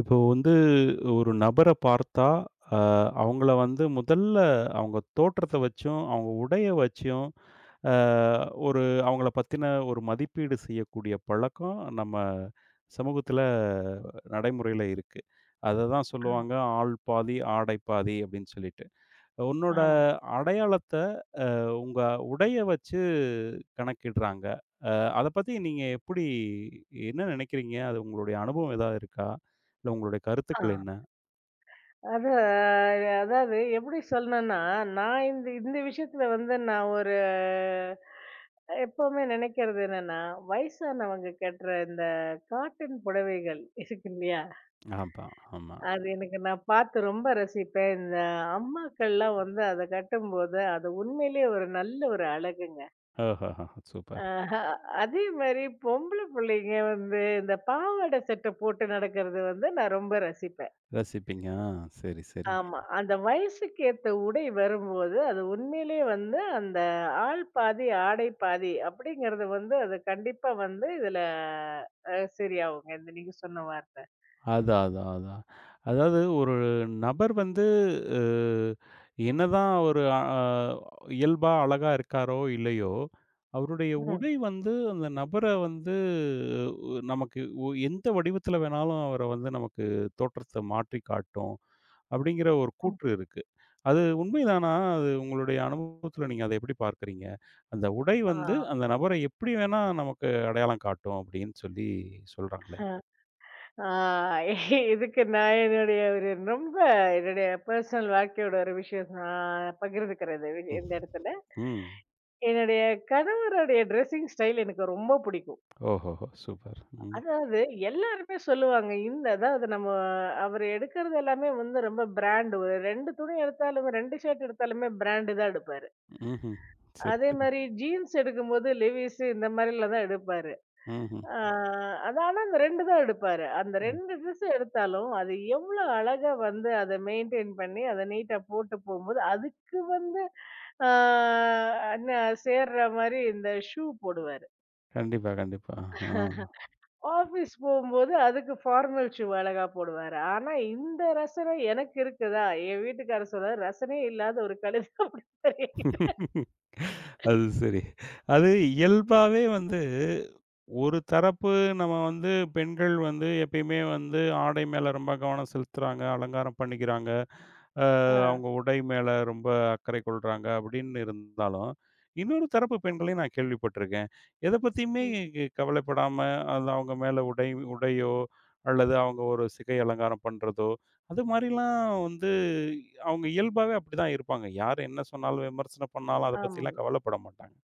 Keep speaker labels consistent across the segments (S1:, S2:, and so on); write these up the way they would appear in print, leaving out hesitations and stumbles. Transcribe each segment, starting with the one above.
S1: இப்போ வந்து ஒரு நபர பார்த்தா, அ அவங்கள வந்து முதல்ல அவங்க தோற்றத்த வச்சும், அவங்க உடைய வச்சும், அ ஒரு அவங்கள பத்தின ஒரு மதிப்பீடு செய்யக்கூடிய பழக்கம் நம்ம சமூகத்தில நடைமுறையில இருக்கு. அததான் சொல்லுவாங்க, "ஆள் பாதி, ஆடை பாதி" அப்படின்னு சொல்லிட்டு. உன்னோட
S2: ஆமா.
S1: அடையாளத் உங்க உடைய வச்சு கணக்கிடுறாங்க. அ அத பத்தி நீங்க எப்படி என்ன நினைக்கிறீங்க? அது உங்களுடைய அனுபவம் ஏதாவது இருக்கா? இல்ல உங்களுடைய
S2: ஆ.
S1: கருத்துக்கள் என்ன?
S2: அது அதாவது எப்படி சொல்லணும்னா, நான் இந்த இந்த விஷயத்துல வந்து நான் ஒரு எப்பவுமே நினைக்கிறது என்னன்னா, வயசானவங்க கட்டுற இந்த காட்டன் புடவைகள் இருக்கு இல்லையா?
S1: ஆமா, ஆமா.
S2: அது எனக்கு நான் பார்த்து ரொம்ப ரசிப்பேன். இந்த அம்மாக்கள்லாம் வந்து அத கட்டும்போது, அது உண்மையிலேயே ஒரு நல்ல ஒரு அழகுங்க.
S1: ஓஹோஹோ! சூப்பர்.
S2: அஹ அதே மாரி பொம்பள புள்ளைங்க வந்து இந்த பாவாடை சட்டை போட்டு நடக்கிறது வந்து நான் ரொம்ப ரசிப்பேன்.
S1: ரசிப்பீங்க. ஆ, சரி, சரி.
S2: ஆமா. அந்த வயசுக்கு ஏத்த உடை வரும்போது, அது உண்மையிலேயே வந்து அந்த ஆள் பாதி, ஆடை பாதி அப்படிங்கிறது வந்து அது கண்டிப்பா வந்து இதுல சரியாகுங்க. இந்த நீங்க சொன்ன வார்த்தை.
S1: அதான், அதான், அதான். அதாவது ஒரு நபர் வந்து அ என்னதான் அவரு இயல்பா அழகா இருக்காரோ! இல்லையோ! அவருடைய
S2: ம்.
S1: உடை வந்து அந்த நபர வந்து நமக்கு எந்த வடிவத்தில வேணாலும் அவர வந்து நமக்கு தோற்றத்த மாற்றி காட்டும். அப்பிடிங்கிற ஒரு
S2: ம்.
S1: கூற்று இருக்கு. அது உண்மைதானா? அது உங்களுடைய அனுபவத்தில நீங்க அத எப்பிடி பார்க்கிறீங்க? அந்த உடை
S2: ஆ.
S1: வந்து அந்த நபர எப்பிடி வேணா நமக்கு அடையாளம் காட்டும் அப்பிடின்னு சொல்லி சொல்றாங்களே!
S2: ஆ இதுக்கு நான் என்னுடைய ஒரு ரொம்ப என்னுடைய பெர்சனல் வாழ்க்கையோட ஒரு விஷயம் நான் பகிர்ந்துக்கிறேன் இந்த
S1: ம்.
S2: இடத்துல.
S1: ம்.
S2: என்னுடைய கணவருடைய ட்ரெஸ்ஸிங் ஸ்டைல் எனக்கு ரொம்ப பிடிக்கும்.
S1: ஓஹோஹோ! சூப்பர். ம்.
S2: அதாவது எல்லாருமே சொல்லுவாங்க. இந்த அதாவது நம்ம அவரு எடுக்கிறது எல்லாமே வந்து ரொம்ப பிராண்ட். ஒரு 2 துணி எடுத்தாலும் 2 ஷர்ட் எடுத்தாலுமே பிராண்டு தான் எடுப்பாரு.
S1: ம்ஹ்ம். சரி,
S2: அதே
S1: சரி.
S2: மாரி ஜீன்ஸ் எடுக்கும்போது லெவிஸ் இந்த மாரிலாம் தான் எடுப்பாரு.
S1: ம்ஹ்ம்.
S2: ஆ ம். அது ஆனா அந்த 2 தான் எடுப்பாரு. அந்த
S1: ம்.
S2: 2 ட்ரெஸ் எடுத்தாலும் அது எவ்வளோ அழகா வந்து அத மெயின்டெயின் பண்ணி அத நீட்டா போட்டு போம்போது, அதுக்கு வந்து ஆ என்ன சேர்ற மாரி இந்த ஷூ போடுவாரு.
S1: கண்டிப்பா, கண்டிப்பா.
S2: ஆஃபீஸ் போகும்போது அதுக்கு ஃபார்மல் ஷூ அழகா போடுவாரு. ஆனா இந்த ரசனை எனக்கு இருக்குதா? என் வீட்டுக்காரர் சொல்றாரு, "ரசனையே இல்லாத ஒரு கழுதை" அப்படின்னு.
S1: ஆ. அது சரி. அது இயல்பாவே வந்து, ஒரு தரப்பு நம்ம வந்து பெண்கள் வந்து எப்பயுமே வந்து ஆடை மேல ரொம்ப கவனம் செலுத்துறாங்க, அலங்காரம் பண்ணிக்கிறாங்க. அ
S2: ஆ.
S1: அவங்க உடை மேல ரொம்ப அக்கறை கொள்றாங்க அப்படின்னு இருந்தாலும், இன்னொரு தரப்பு பெண்களையும் நான் கேள்விப்பட்டிருக்கேன். எத பத்தியுமே
S2: ம்.
S1: கவலைப்படாம, அது அவங்க மேல உடையோ, அல்லது அவங்க ஒரு சிகை அலங்காரம் பண்றதோ, அது மாரிலாம் வந்து அவங்க இயல்பாவே அப்படிதான் இருப்பாங்க. யார் என்ன சொன்னாலும், விமர்சனம் பண்ணாலும் அத
S2: ஆமா.
S1: பத்திலாம் கவலைப்பட மாட்டாங்க.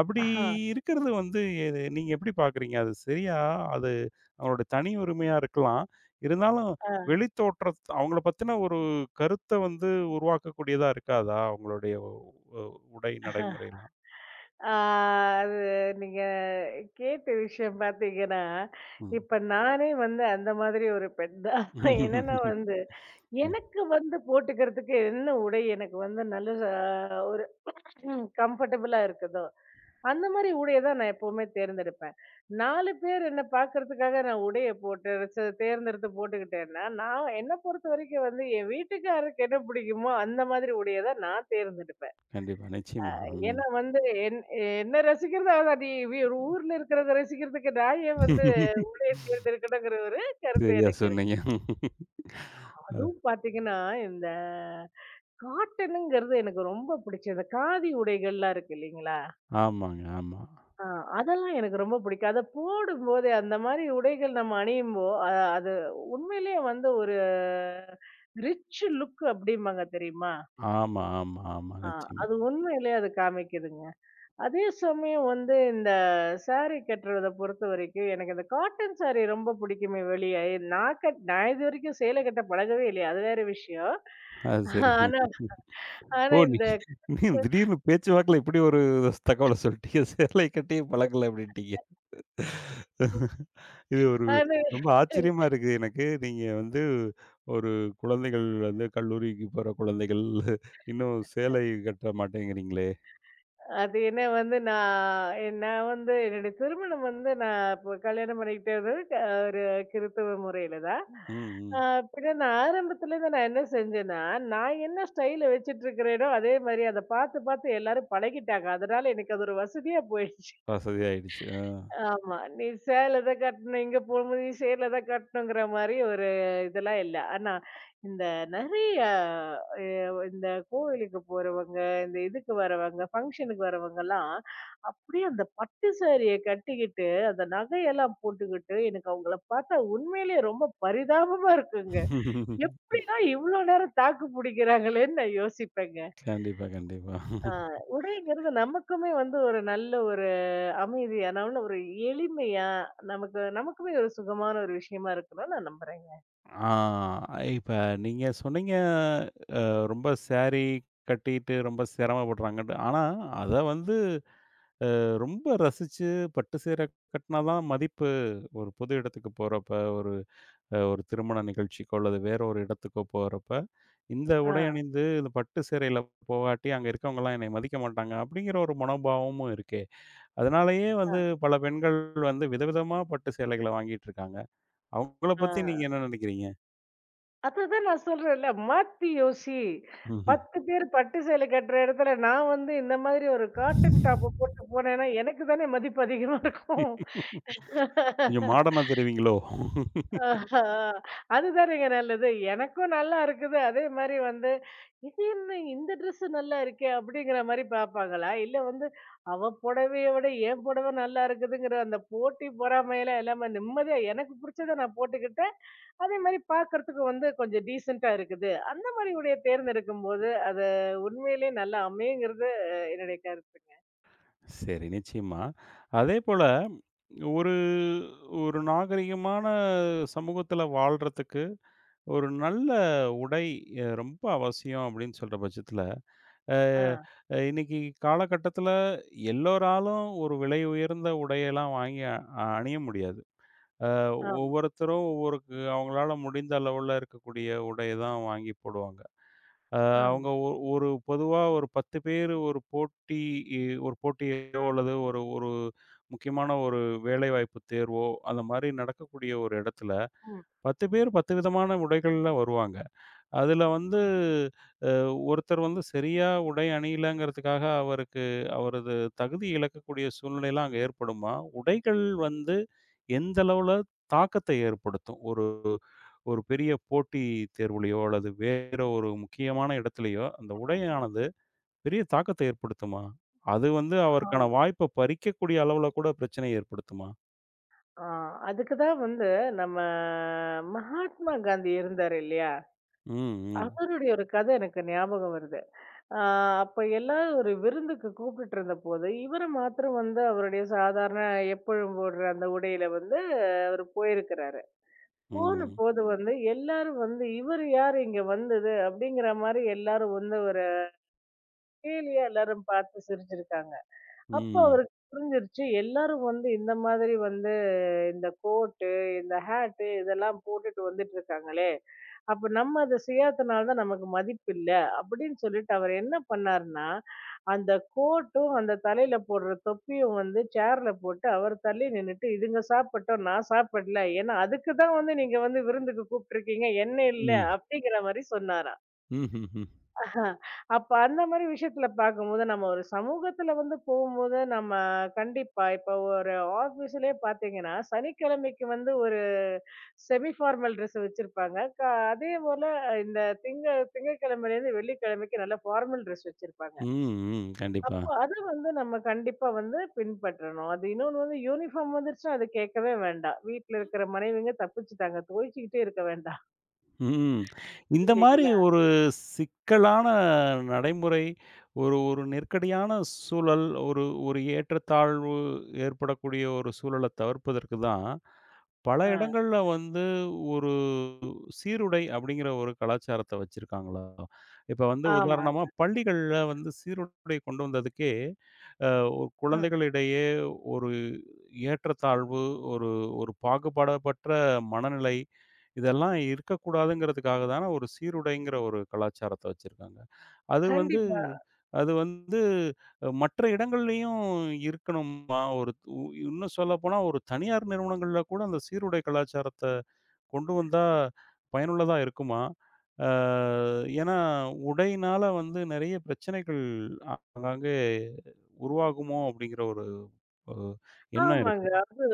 S1: அப்படி
S2: ஆஹா.
S1: இருக்கிறது வந்து எது நீங்க எப்படி பார்க்குறீங்க? அது சரியா அது அவங்களோட தனி உரிமையா இருக்கலாம். இருந்தாலும்
S2: ஆ.
S1: வெளித்தோற்றம் அவங்கள பத்தின ஒரு கருத்த வந்து உருவாக்கக்கூடியதா இருக்காதா? அவங்களுடைய உ உடை நடைமுறைலாம்.
S2: ஆ அது நீங்க கேட்ட விஷயம் பார்த்தீங்கன்னா,
S1: ம்.
S2: இப்ப நானே வந்து அந்த மாதிரி ஒரு பெண் தான். என்னன்னா வந்து,
S1: ம்.
S2: எனக்கு வந்து போட்டுக்கிறதுக்கு என்ன உடை எனக்கு வந்து நல்ல ஒரு கம்ஃபர்டபுளா இருக்குதோ அந்த மாரி உடைய தான் நான் எப்பவுமே தேர்ந்தெடுப்பேன். 4 பேர் என்ன பார்க்கறதுக்காக நான் உடைய போட்டு தேர்ந்தெடுத்து போட்டுக்கிட்டேன்னா, நான் என்ன பொறுத்தவரைக்கும் வந்து என் வீட்டுக்காரருக்கு என்ன பிடிக்குமோ அந்த மாதிரி உடைய தான் நான் தேர்ந்தெடுப்பேன்.
S1: கண்டிப்பா, நிச்சயமா. ம்.
S2: ஏன்னா வந்து என் என்ன ரசிக்கிறது அதான் நீ வி ஊர்ல இருக்கிறத ரசிக்கிறதுக்கு நான் ஏன் வந்து உடைய தேர்ந்தெடுக்கணுங்கிற ஒரு கருத்து
S1: சரியா
S2: எனக்கு இருக்கு.
S1: சொன்னீங்க. அது
S2: அதுவும் பார்த்தீங்கன்னா, இந்த காட்டனுங்கிறது எனக்கு ரொம்ப பிடிச்சது. காதி உடைகள்லாம் இருக்கு இல்லைங்களா?
S1: ஆமாங்க. ஆமா.
S2: ஆ, அதெல்லாம் எனக்கு ரொம்ப பிடிக்கும். அத போடும்போதே அந்த மாரி உடைகள் நம்ம அணியும்போ, அது உண்மையிலேயே வந்து ஒரு ரிச் லுக் அப்படிம்பாங்க தெரியுமா?
S1: ஆமா, ஆமா, ஆமா.
S2: ஆ
S1: நிச்சயமா.
S2: அது உண்மையிலேயே அது காமிக்குதுங்க. அதே சமயம் வந்து இந்த சாரி கட்டுறத பொறுத்தவரைக்கும், எனக்கு இந்த காட்டன் சாரி ரொம்ப பிடிக்குமே வெளிய. நான் இதுவரைக்கும் சேலை கட்ட பழகவே இல்லையே, அது வேற விஷயம்.
S1: அது சரி.
S2: ஆனா
S1: ஓ!
S2: ஆனா
S1: நீ
S2: இந்த
S1: நீ திடீர்னு பேச்சு வாக்குல இப்படி ஒரு தகவல சொல்ட்டீங்க. "சேலை கட்டியே பழக்கல" அப்படின்ட்டீங்க. இது ஒரு
S2: ஆனா
S1: ரொம்ப ஆச்சரியமா இருக்கு எனக்கு. நீங்க வந்து ஒரு குழந்தைகள் வந்து கல்லூரிக்கு போற குழந்தைகள் இன்னும் சேலை கட்ட மாட்டேங்கிறீங்களே!
S2: அது என்ன வந்து நான் நான் வந்து என்னுடைய திருமணம் வந்து நான் இப்போ கல்யாணம் பண்ணிக்கிட்டது ஒரு கிறித்துவ முறையில தான்.
S1: ம், ம்.
S2: பின்ன நான் ஆரம்பத்துல இருந்து நான் என்ன செஞ்சேன்னா நான் என்ன ஸ்டைல வச்சிட்டு இருக்கிறேனோ அதே மாதிரி அதை பார்த்து பார்த்து எல்லாரும் பழகிட்டாங்க அதனால எனக்கு அது ஒரு வசதியா போயிடுச்சு.
S1: வசதி ஆயிடுச்சு. ஆ.
S2: ஆமா. நீ சேல தான் கட்டணும், இங்க போகும்போது நீ சேல தான் கட்டணுங்கிற மாரி ஒரு இதெல்லாம் இல்ல. ஆனா, இந்த நெறைய அ இந்த கோவிலுக்கு போறவங்க, இந்த இதுக்கு வரவங்க, ஃபங்ஷனுக்கு வரவங்கலாம், அப்படியே அந்த பட்டு சாரிய கட்டிக்கிட்டு, அந்த நகையெல்லாம் போட்டுக்கிட்டு, எனக்கு அவங்கள பார்த்தா உண்மையிலேயே ரொம்ப பரிதாபமா இருக்குங்க. எப்படிலாம் இவ்ளோ நேரம் தாக்கு பிடிக்கிறாங்களேன்னு நான் யோசிப்பேங்க.
S1: கண்டிப்பா, கண்டிப்பா.
S2: ஆ உடைங்கிறது நமக்குமே வந்து ஒரு நல்ல ஒரு அமைதியா, நல்ல ஒரு எளிமையா, நமக்கு நமக்குமே ஒரு சுகமான ஒரு விஷயமா இருக்கணும்னு நான் நம்புறேங்க.
S1: ஆ, இப்ப நீங்க சொன்னீங்க ரொம்ப சாரி கட்டிட்டு ரொம்ப சிரமப்படுறாங்கன்ட்டு. ஆனா, அத வந்து ரொம்ப ரசிச்சு பட்டு சேலை கட்டினா தான் மதிப்பு. ஒரு புது இடத்துக்கு போறப்ப, ஒரு ஒரு திருமண நிகழ்ச்சிக்கோ அல்லது வேற ஒரு இடத்துக்கோ போறப்ப, இந்த உடை
S2: ஆ,
S1: அணிந்து இந்த பட்டு சேலையில போகாட்டி, அங்க இருக்கவங்கலாம் என்னைய மதிக்க மாட்டாங்க அப்படிங்கிற ஒரு மனோபாவமும் இருக்கே. அதனாலேயே
S2: ஆ,
S1: வந்து பல பெண்கள் வந்து விதவிதமா பட்டு சேலைகள வாங்கிட்டு இருக்காங்க. அவங்கள பத்தி நீங்க
S2: ஆ.
S1: என்ன நினைக்கிறீங்க?
S2: அதுதான் நான் சொல்றேன்ல, மாத்தி யோசி.
S1: ம்ஹ்ம்.
S2: 10 பேர் பட்டு சேலை கட்டுற இடத்துல, நான் வந்து இந்த மாதிரி ஒரு காட்டன் டாப்ப போட்டு போனேன்னா, எனக்கு தானே மதிப்பு அதிகமா இருக்கும்.
S1: கொஞ்சம் மாடர்னா தெரிவீங்களோ?
S2: ஆஹா, அதுதானேங்க நல்லது. எனக்கும் நல்லா இருக்குது. அதே மாரி வந்து, "இது என்ன இந்த ட்ரெஸ் நல்லா இருக்கே!" அப்படிங்கிற மாரி பார்ப்பாங்களா? இல்ல வந்து, "அவ புடவைய விட என் புடவை நல்லா இருக்குதுங்கிற" அந்த போட்டி பொறாமைலாம் இல்லாம நிம்மதியா எனக்கு புடிச்சத நான் போட்டுக்கிட்டேன். அதே மாரி பார்க்கறதுக்கு வந்து கொஞ்சம் டீசென்ட்டா இருக்குது. அந்த மாரி உடைய தேர்ந்தெடுக்கும்போது, அது உண்மையிலேயே நல்லா அமையுங்கிறது என்னுடைய கருத்துங்க.
S1: சரி, நிச்சயமா. அதேபோல ஒரு ஒரு நாகரிகமான சமூகத்தில வாழ்றதுக்கு, ஒரு நல்ல உடை ரொம்ப அவசியம் அப்படின்னு சொல்ற பட்சத்தில, அ
S2: ஆ,
S1: இன்னைக்கு காலகட்டத்தில எல்லோராலும் ஒரு விலை உயர்ந்த உடையெல்லாம் வாங்கி அணிய முடியாது. அ
S2: ஆமா,
S1: ஒவ்வொருத்தரும் ஒவ்வொரு அவங்களால முடிந்த அளவுல இருக்கக்கூடிய உடைய தான் வாங்கி போடுவாங்க. அ அவங்க
S2: ஆமா.
S1: ஒரு பொதுவா ஒரு 10 பேர் ஒரு போட்டி ஒரு போட்டியோ அல்லது ஒரு ஒரு முக்கியமான ஒரு வேலைவாய்ப்பு தேர்வோ, அந்த மாரி நடக்கக்கூடிய ஒரு இடத்துல
S2: ம்.
S1: 10 பேர் 10 விதமான உடைகள்ல வருவாங்க. அதுல வந்து அ ஒருத்தர் வந்து சரியா உடை அணியலங்கிறதுக்காக அவருக்கு அவரது தகுதி இழக்கக்கூடிய சூழ்நிலைலாம் அங்க ஏற்படுமா? உடைகள் வந்து எந்த அளவுல தாக்கத்தை ஏற்படுத்தும்? ஒரு ஒரு பெரிய போட்டி தேர்வுலயோ, அல்லது வேற ஒரு முக்கியமான இடத்துலயோ, அந்த உடையானது பெரிய தாக்கத்தை ஏற்படுத்துமா? அது வந்து அவருக்கான வாய்ப்ப பறிக்கக்கூடிய அளவுல கூட பிரச்சனைய ஏற்படுத்துமா?
S2: ஆ, அதுக்கு தான் வந்து நம்ம மகாத்மா காந்தி இருந்தாரு இல்லையா?
S1: ம், ம்,
S2: அவருடைய ஒரு கதை எனக்கு ஞாபகம் வருது. ஆ அப்ப எல்லாரும் ஒரு விருந்துக்கு கூப்பிட்டுட்டு இருந்தபோது, இவர மாத்திரம் வந்து அவருடைய சாதாரண எப்பொழுதும் போடுற அந்த உடையில வந்து அவரு போயிருக்கிறாரு.
S1: ம்,
S2: போனபோது வந்து எல்லாரும் வந்து, "இவரு யாரு இங்க வந்தது?" அப்படிங்கிற மாரி எல்லாரும் வந்து ஒரு கேலியா எல்லாரும் பார்த்து சிரிச்சிருக்காங்க. அப்போ
S1: ம்,
S2: அவருக்கு புரிஞ்சிருச்சு எல்லாரும் வந்து இந்த மாதிரி வந்து இந்த கோட்டு, இந்த ஹேட்டு இதெல்லாம் போட்டுட்டு வந்துட்டுருக்காங்களே! அப்ப நம்ம அத சுயாத்துனால தான் நமக்கு மதிப்பில்ல. அப்படின்னு சொல்லிட்டு அவர் என்ன பண்ணாருன்னா, அந்த கோட்டும், அந்த தலையில போடுற தொப்பியும் வந்து சேர்ல போட்டு அவர் தள்ளி நின்னுட்டு, "இதுங்க சாப்பிட்டோம். நான் சாப்பிடல. ஏன்னா அதுக்கு தான் வந்து நீங்க வந்து விருந்துக்கு கூப்பிட்டுருக்கீங்க. என்ன
S1: ம்,
S2: இல்ல."
S1: ம்ஹ்ஹ்ம்.
S2: அப்படிங்கிற மாரி சொன்னாராம்.
S1: ம், ம்.
S2: ஆ, அப்ப அந்த மாரி விஷயத்துல பார்க்கும்போது, நம்ம ஒரு சமூகத்துல வந்து போகும்போது, நம்ம கண்டிப்பா இப்ப ஒரு ஆஃபீஸ்லயே பார்த்தீங்கன்னா, சனிக்கிழமைக்கு வந்து ஒரு செமி ஃபார்மல் ட்ரெஸ் வச்சிருப்பாங்க. அதே போல இந்த திங்க திங்கட்கிழமையிலேருந்து வெள்ளிக்கிழமைக்கு நல்ல ஃபார்மல் ட்ரெஸ் வச்சிருப்பாங்க.
S1: ம் ம் கண்டிப்பா.
S2: அப்போ அத வந்து நம்ம கண்டிப்பா வந்து பின்பற்றணும். அது இன்னொன்னு வந்து யூனிஃபார்ம் வந்துருச்சுன்னா, அது கேட்கவே வேண்டாம். வீட்ல இருக்கிற மனைவிங்க தப்பிச்சுட்டாங்க. துவைச்சுக்கிட்டே இருக்க வேண்டாம்.
S1: ம். இந்த மாரி
S2: இல்லைங்களா?
S1: ஒரு சிக்கலான நடைமுறை, ஒரு ஒரு நெருக்கடியான சூழல், ஒரு ஒரு ஏற்றத்தாழ்வு ஏற்படக்கூடிய ஒரு சூழல தவிர்ப்பதற்கு தான் பல
S2: ஆ.
S1: இடங்கள்ல வந்து ஒரு சீருடை அப்படிங்கிற ஒரு கலாச்சாரத்த வச்சிருக்காங்களா? இப்ப வந்து உதாரணமா
S2: ஆமாங்க.
S1: பள்ளிகள்ல வந்து சீருடை கொண்டு வந்ததுக்கே, அ ஒரு
S2: ஆ.
S1: குழந்தைகளிடையே ஒரு ஏற்றத்தாழ்வு, ஒரு ஒரு பாகுபாடப்பற்ற மனநிலை, இதெல்லாம் இருக்கக்கூடாதுங்கிறதுக்காக தான ஒரு சீருடைங்கிற ஒரு கலாச்சாரத்த வச்சிருக்காங்க. அது வந்து
S2: கண்டிப்பா.
S1: அது வந்து மற்ற இடங்கள்லயும் இருக்கணுமா? ஒரு உ இன்னும் சொல்லப்போனா ஒரு தனியார் நிறுவனங்கள்ல கூட அந்த சீருடை கலாச்சாரத்த கொண்டு வந்தா பயனுள்ளதா இருக்குமா? அ ஏன்னா, உடையினால வந்து நெறைய பிரச்சனைகள் ஆங்காங்கே உருவாகுமோ அப்படிங்கிற ஒரு அ எண்ணம் இருக்கு.
S2: ஆமாங்க. அது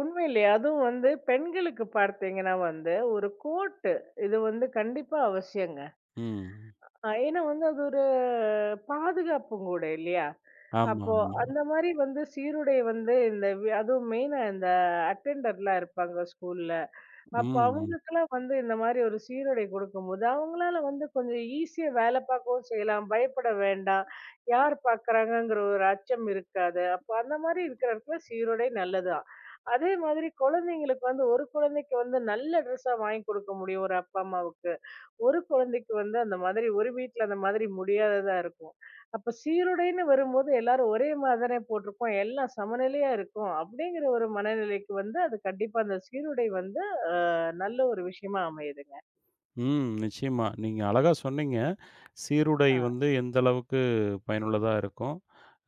S2: உண்மையிலே அதுவும் வந்து பெண்களுக்கு பார்த்தீங்கன்னா வந்து, ஒரு கோட்டு இது வந்து கண்டிப்பா அவசியங்க.
S1: ம்.
S2: ஏன்னா வந்து அது ஒரு பாதுகாப்பும் கூட இல்லையா?
S1: ஆமா,
S2: அப்போ
S1: ஆமா.
S2: அந்த மாரி வந்து சீருடை வந்து அதுவும் மெயினா இந்த அட்டெண்டர்லாம் இருப்பாங்க ஸ்கூல்ல. அப்ப
S1: ம், ம்.
S2: அவங்களுக்கெல்லாம் வந்து இந்த மாதிரி ஒரு சீருடை கொடுக்கும்போது, அவங்களால வந்து கொஞ்சம் ஈஸியா வேலை பார்க்கவும் செய்யலாம். பயப்பட வேண்டாம். யார் பார்க்குறாங்கங்கிற ஒரு அச்சம் இருக்காது. அப்ப அந்த மாதிரி இருக்கிற இடத்துல சீருடை நல்லதுதான். அதே மாதிரி குழந்தைங்களுக்கு வந்து ஒரு குழந்தைக்கு வந்து நல்ல ட்ரெஸ்ஸா வாங்கி கொடுக்க முடியும் ஒரு அப்பா, அம்மாவுக்கு. ஒரு குழந்தைக்கு வந்து அந்த மாதிரி ஒரு வீட்ல அந்த மாதிரி முடியாததா இருக்கும். அப்ப சீருடைன்னு வரும்போது எல்லாரும் ஒரே மாதிரி தானே போட்டிருப்போம். எல்லாம் சமநிலையா இருக்கும். அப்படிங்கிற ஒரு மனநிலைக்கு வந்து அது கண்டிப்பா அந்த சீருடை வந்து அ நல்ல ஒரு விஷயமா அமையுதுங்க.
S1: ம். நிச்சயமா. நீங்க அழகா சொன்னீங்க. சீருடை
S2: ஆ,
S1: வந்து எந்த அளவுக்கு பயனுள்ளதா இருக்கும்.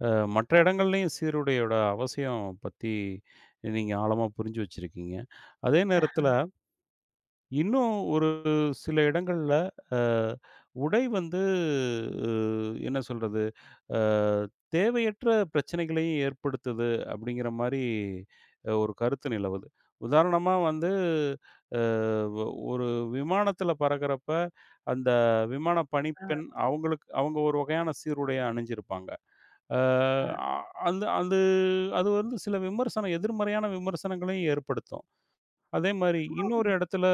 S1: அ மற்ற
S2: ஆ,
S1: இடங்கள்லயும் சீருடையோட அவசியம் பத்தி நீங்க ஆழமா புரிஞ்சு வச்சிருக்கீங்க. அதே நேரத்தில இன்னும் ஒரு சில இடங்கள்ல அ உடை வந்து அ என்ன சொல்றது? அ தேவையற்ற பிரச்சனைகளையும் ஏற்படுத்துது அப்படிங்கிற மாரி ஒரு கருத்து நிலவுது. உதாரணமா வந்து அ ஒ ஒரு விமானத்தில பறக்கிறப்ப, அந்த விமான
S2: ஆ,
S1: பணிப்பெண் அவங்களுக்கு அவங்க ஒரு வகையான சீருடைய அணிஞ்சிருப்பாங்க.
S2: ஆ.
S1: அ அந்த அது அது வந்து சில விமர்சனம் எதிர்மறையான விமர்சனங்களையும் ஏற்படுத்தும். அதே மாரி இன்னொரு இடத்துல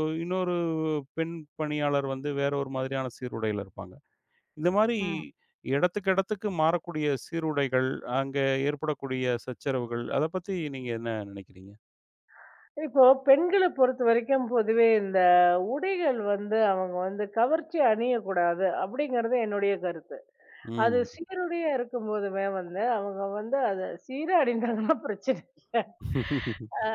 S1: இன்னொரு பெண் பணியாளர் வந்து வேற ஒரு மாதிரியான சீருடையில இருப்பாங்க. இந்த மாரி
S2: ம்.
S1: இடத்துக்கு இடத்துக்கு மாறக்கூடிய சீருடைகள், அங்க ஏற்படக்கூடிய சச்சரவுகள், அத பத்தி நீங்க என்ன நினைக்கிறீங்க?
S2: இப்போ பெண்கள பொறுத்தவரைக்கும் பொதுவே இந்த உடைகள் வந்து அவங்க வந்து கவர்ச்சி அணியக்கூடாது அப்படிங்கிறது என்னுடைய கருத்து. அது
S1: ம்.
S2: சீருடையா இருக்கும்போதுமே வந்து, அவங்க வந்து அத சீரா அணிந்தாங்கன்னா பிரச்சனை இல்ல. அ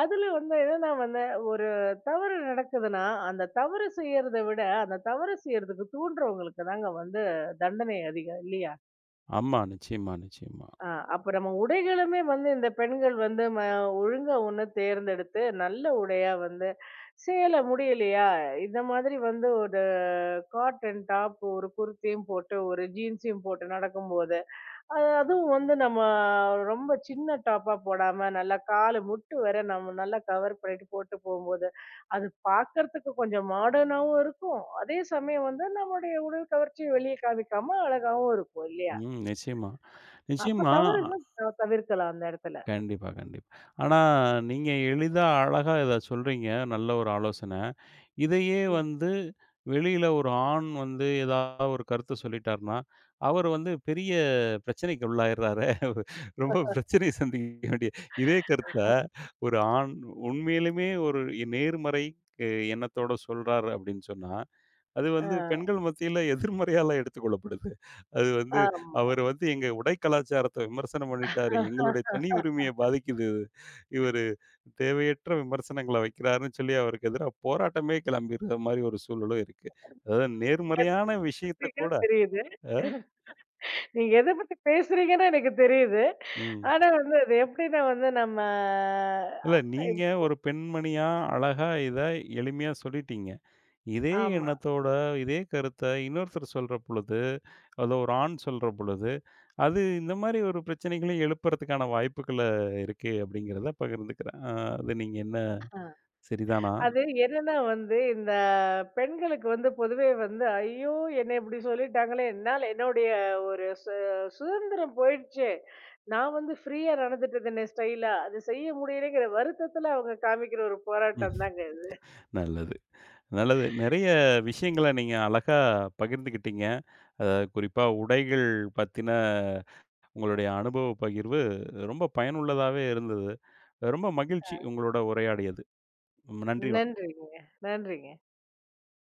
S2: அதுல வந்து என்னன்னா வந்து, ஒரு தவறு நடக்குதுன்னா, அந்த தவறு செய்யறத விட, அந்த தவறு செய்யறதுக்கு தூண்டுறவங்களுக்கு தாங்க வந்து தண்டனை அதிகம் இல்லையா?
S1: ஆமா. நிச்சயமா, நிச்சயமா.
S2: அ அப்ப நம்ம உடைகளுமே வந்து இந்த பெண்கள் வந்து ஒழுங்கா ஒண்ணு தேர்ந்தெடுத்து, நல்ல உடையா வந்து சேல முடியலையா, இந்த மாதிரி வந்து ஒரு காட்டன் டாப், ஒரு குர்த்தியும் போட்டு, ஒரு ஜீன்ஸையும் போட்டு நடக்கும்போது அது அதுவும் வந்து நம்ம ரொம்ப சின்ன டாப்பா போடாம நல்லா காலு முட்டு வர நம்ம நல்லா கவர் பண்ணிட்டு போட்டு போகும்போது அது பார்க்கறதுக்கு கொஞ்சம் மாடர்னாவும் இருக்கும் அதே சமயம் வந்து நம்மளுடைய உடல் கவர்ச்சியை வெளியே காமிக்காம அழகாவும் இருக்கும் இல்லையா?
S1: ம். நிச்சயமா.
S2: அப்ப
S1: நிச்சயமா.
S2: தவறுகள் தவிர்க்கலாம் அந்த இடத்துல.
S1: கண்டிப்பா, கண்டிப்பா. ஆனா, நீங்க எளிதா, அழகா இத சொல்றீங்க. நல்ல ஒரு ஆலோசனை. இதையே
S2: ம்.
S1: வந்து வெளியில ஒரு ஆண் வந்து ஏதாவது ஒரு கருத்து சொல்லிட்டார்ன்னா, அவர் வந்து பெரிய பிரச்சனைக்கு உள்ளாயிர்றாரே! ரொம்ப பிரச்சனை சந்திக்க வேண்டிய இதே கருத்த ஒரு ஆண் உண்மையிலுமே ஒரு நேர்மறை எண்ணத்தோட சொல்றார் அப்படின்னு சொன்னா, அது வந்து
S2: அஹ்
S1: பெண்கள் மத்தியில எதிர்மறையால எடுத்துக்கொள்ளப்படுது. அது வந்து
S2: ஆமா.
S1: அவர் வந்து எங்க உடை கலாச்சாரத்த விமர்சனம் பண்ணிட்டாரு. எங்களுடைய தனி உரிமைய பாதிக்குது இது. இவரு தேவையற்ற விமர்சனங்கள வைக்கிறாருன்னு சொல்லி அவருக்கு எதிரா போராட்டமே கிளம்பிற மாரி ஒரு சூழலும் இருக்கு. அதாவது நேர்மறையான விஷயத்த கூட
S2: அப்படிங்கிறது தெரியுது.
S1: அ
S2: நீங்க எதை பத்தி பேசுறீங்கன்னு எனக்கு தெரியுது.
S1: ம்.
S2: ஆனா வந்து அது எப்படின்னா வந்து நம்ம
S1: இல்ல நீங்க
S2: அஹ்
S1: ஒரு பெண்மணியா அழகா இத எளிமையா சொல்லிட்டீங்க. இதே
S2: ஆமா,
S1: எண்ணத்தோட, இதே கருத்த இன்னொருத்தர் சொல்ற பொழுது, அத ஒரு ஆண் சொல்ற பொழுது அது இந்த மாரி ஒரு பிரச்சனைகளை எழுப்புறதுக்கான வாய்ப்புகள இருக்கு அப்படிங்கிறத பகிர்ந்துக்கிறேன். அது நீங்க என்ன சரிதானா?
S2: அது என்னன்னா வந்து இந்த பெண்களுக்கு வந்து பொதுவே வந்து ஐயோ! என்ன இப்படி சொல்லிட்டாங்களே! என்னால என்னுடைய ஒரு சுதந்திரம் போயிடுச்சே! நான் வந்து ஃப்ரீயா நடந்துட்டுருந்தேனே ஸ்டைலா. அது செய்ய முடியலைங்கிற வருத்தத்துல அவங்க காமிக்கிற ஒரு போராட்டம் தாங்க
S1: ம்.
S2: இது.
S1: நல்லது, நல்லது. நெறைய விஷயங்கள நீங்க அழகா பகிர்ந்துக்கிட்டீங்க. அதாவது குறிப்பா உடைகள் பத்தின உங்களுடைய அனுபவ பகிர்வு ரொம்ப பயனுள்ளதாவே இருந்தது. ரொம்ப மகிழ்ச்சி உங்களோட உரையாடியது. நன்றி.
S2: நன்றிங்க. நன்றிங்க.